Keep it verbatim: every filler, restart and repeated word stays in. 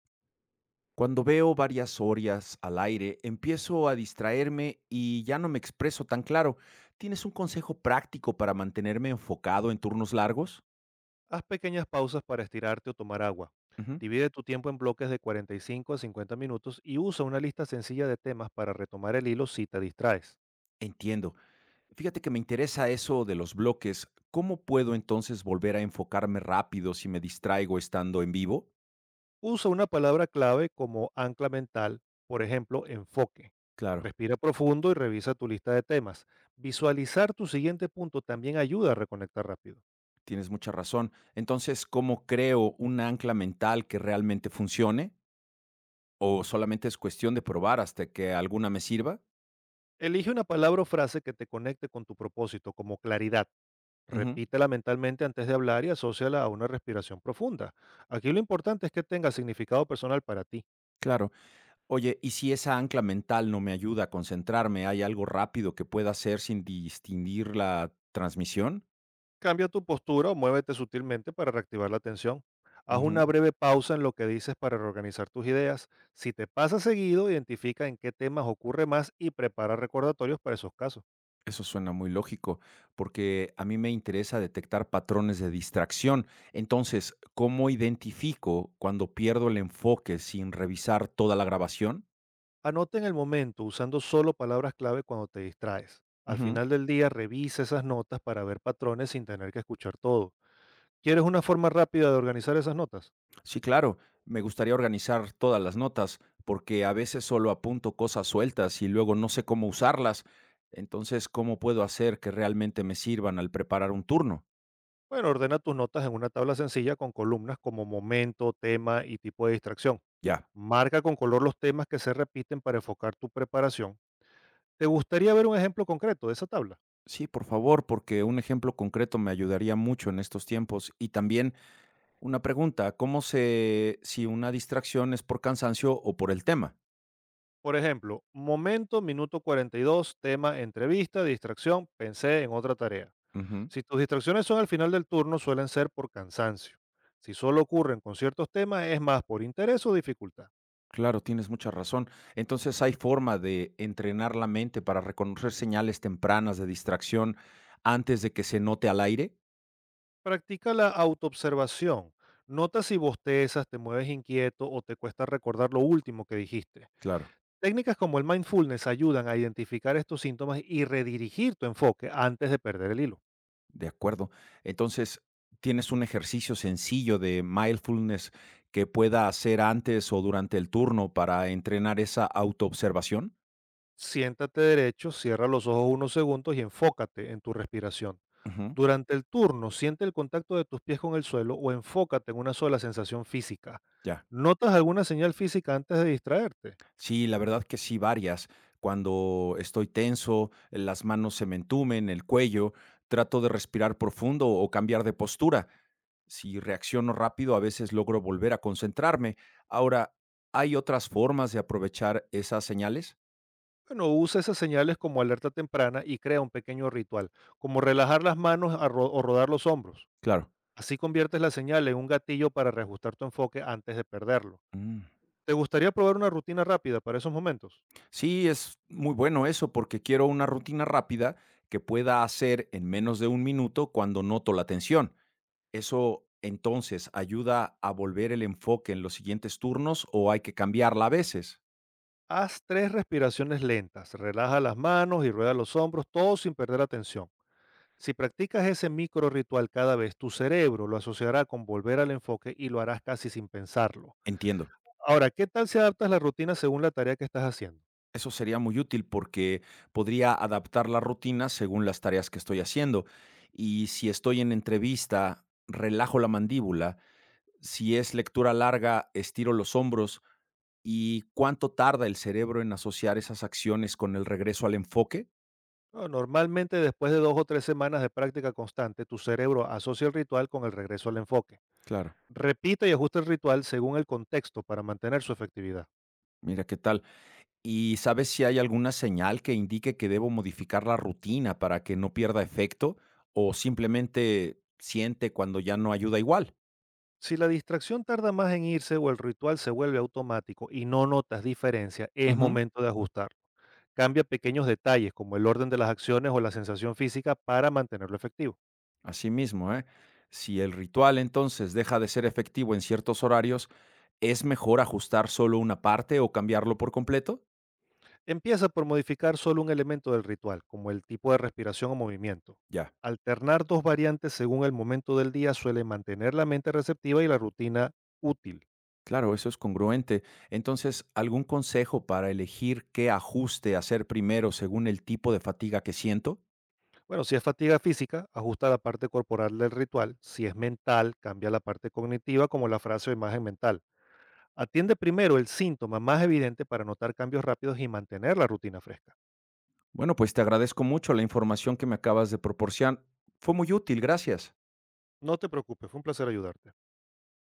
Cuando veo varias orias al aire, empiezo a distraerme y ya no me expreso tan claro. ¿Tienes un consejo práctico para mantenerme enfocado en turnos largos? Haz pequeñas pausas para estirarte o tomar agua. Ujú. Divide tu tiempo en bloques de cuarenta y cinco a cincuenta minutos y usa una lista sencilla de temas para retomar el hilo si te distraes. Entiendo. Fíjate que me interesa eso de los bloques. ¿Cómo puedo entonces volver a enfocarme rápido si me distraigo estando en vivo? Usa una palabra clave como ancla mental, por ejemplo, enfoque. Claro, Respira profundo y revisa tu lista de temas. Visualizar tu siguiente punto también ayuda a reconectar rápido. tienes mucha razón. Entonces, ¿cómo creo un ancla mental que realmente funcione? ¿O solamente es cuestión de probar hasta que alguna me sirva? Elige una palabra o frase que te conecte con tu propósito, como claridad. Ujú. Repítela mentalmente antes de hablar y asóciala a una respiración profunda. Aquí lo importante es que tenga significado personal para ti. Claro. Oye, ¿y si esa ancla mental no me ayuda a concentrarme? ¿Hay algo rápido que pueda hacer sin distinguir la transmisión? Cambia tu postura o muévete sutilmente para reactivar la atención. Haz una Ujú. breve pausa en lo que dices para reorganizar tus ideas. Si te pasa seguido, identifica en qué temas ocurre más y prepara recordatorios para esos casos. Eso suena muy lógico, porque a mí me interesa detectar patrones de distracción. Entonces, ¿cómo identifico cuando pierdo el enfoque sin revisar toda la grabación? Anota en el momento usando solo palabras clave cuando te distraes. Al final del día, revisa esas notas para ver patrones sin tener que escuchar todo. ¿Quieres una forma rápida de organizar esas notas? Sí, claro. Me gustaría organizar todas las notas, porque a veces solo apunto cosas sueltas y luego no sé cómo usarlas. Entonces, ¿cómo puedo hacer que realmente me sirvan al preparar un turno? Bueno, ordena tus notas en una tabla sencilla con columnas como momento, tema y tipo de distracción. Ya. Marca con color los temas que se repiten para enfocar tu preparación. ¿Te gustaría ver un ejemplo concreto de esa tabla? Sí, por favor, porque un ejemplo concreto me ayudaría mucho en estos tiempos. Y también una pregunta, ¿cómo sé si una distracción es por cansancio o por el tema? Por ejemplo, momento, minuto cuarenta y dos, tema, entrevista, distracción, pensé en otra tarea. Ujú. Si tus distracciones son al final del turno, suelen ser por cansancio. Si solo ocurren con ciertos temas, es más por interés o dificultad. Claro, tienes mucha razón. Entonces, ¿hay forma de entrenar la mente para reconocer señales tempranas de distracción antes de que se note al aire? Practica la autoobservación. Nota si bostezas, te mueves inquieto o te cuesta recordar lo último que dijiste. Claro, Técnicas como el mindfulness ayudan a identificar estos síntomas y redirigir tu enfoque antes de perder el hilo. de acuerdo. Entonces, ¿tienes un ejercicio sencillo de mindfulness que pueda hacer antes o durante el turno para entrenar esa autoobservación? Siéntate derecho, cierra los ojos unos segundos y enfócate en tu respiración. Ujú, Durante el turno, siente el contacto de tus pies con el suelo o enfócate en una sola sensación física. ya. ¿Notas alguna señal física antes de distraerte? Sí, la verdad que sí, varias. Cuando estoy tenso, las manos se me entumen, el cuello, trato de respirar profundo o cambiar de postura. Si reacciono rápido, a veces logro volver a concentrarme. Ahora, ¿hay otras formas de aprovechar esas señales? Bueno, usa esas señales como alerta temprana y crea un pequeño ritual, como relajar las manos a ro- o rodar los hombros. Claro. Así conviertes la señal en un gatillo para reajustar tu enfoque antes de perderlo. Mm. ¿Te gustaría probar una rutina rápida para esos momentos? Sí, es muy bueno eso porque quiero una rutina rápida que pueda hacer en menos de un minuto cuando noto la tensión. ¿Eso entonces ayuda a volver el enfoque en los siguientes turnos o hay que cambiarla a veces? Haz tres respiraciones lentas, relaja las manos y rueda los hombros, todo sin perder atención. Si practicas ese micro ritual cada vez, tu cerebro lo asociará con volver al enfoque y lo harás casi sin pensarlo. Entiendo. Ahora, ¿qué tal si adaptas la rutina según la tarea que estás haciendo? Eso sería muy útil porque podría adaptar la rutina según las tareas que estoy haciendo. Y si estoy en entrevista, relajo la mandíbula. Si es lectura larga, estiro los hombros. ¿Y cuánto tarda el cerebro en asociar esas acciones con el regreso al enfoque? No, normalmente después de dos o tres semanas de práctica constante, tu cerebro asocia el ritual con el regreso al enfoque. Claro, Repite y ajusta el ritual según el contexto para mantener su efectividad. mira qué tal. ¿Y sabes si hay alguna señal que indique que debo modificar la rutina para que no pierda efecto o simplemente siente cuando ya no ayuda igual? Si la distracción tarda más en irse o el ritual se vuelve automático y no notas diferencia, es Ujú. momento de ajustarlo. Cambia pequeños detalles como el orden de las acciones o la sensación física para mantenerlo efectivo. Así mismo, ¿eh? Si el ritual entonces deja de ser efectivo en ciertos horarios, ¿es mejor ajustar solo una parte o cambiarlo por completo? Empieza por modificar solo un elemento del ritual, como el tipo de respiración o movimiento. Ya, Alternar dos variantes según el momento del día suele mantener la mente receptiva y la rutina útil. claro, eso es congruente. Entonces, ¿algún consejo para elegir qué ajuste hacer primero según el tipo de fatiga que siento? Bueno, si es fatiga física, ajusta la parte corporal del ritual. Si es mental, cambia la parte cognitiva como la frase o imagen mental. Atiende primero el síntoma más evidente para notar cambios rápidos y mantener la rutina fresca. Bueno, pues te agradezco mucho la información que me acabas de proporcionar. Fue muy útil, gracias. No te preocupes, fue un placer ayudarte.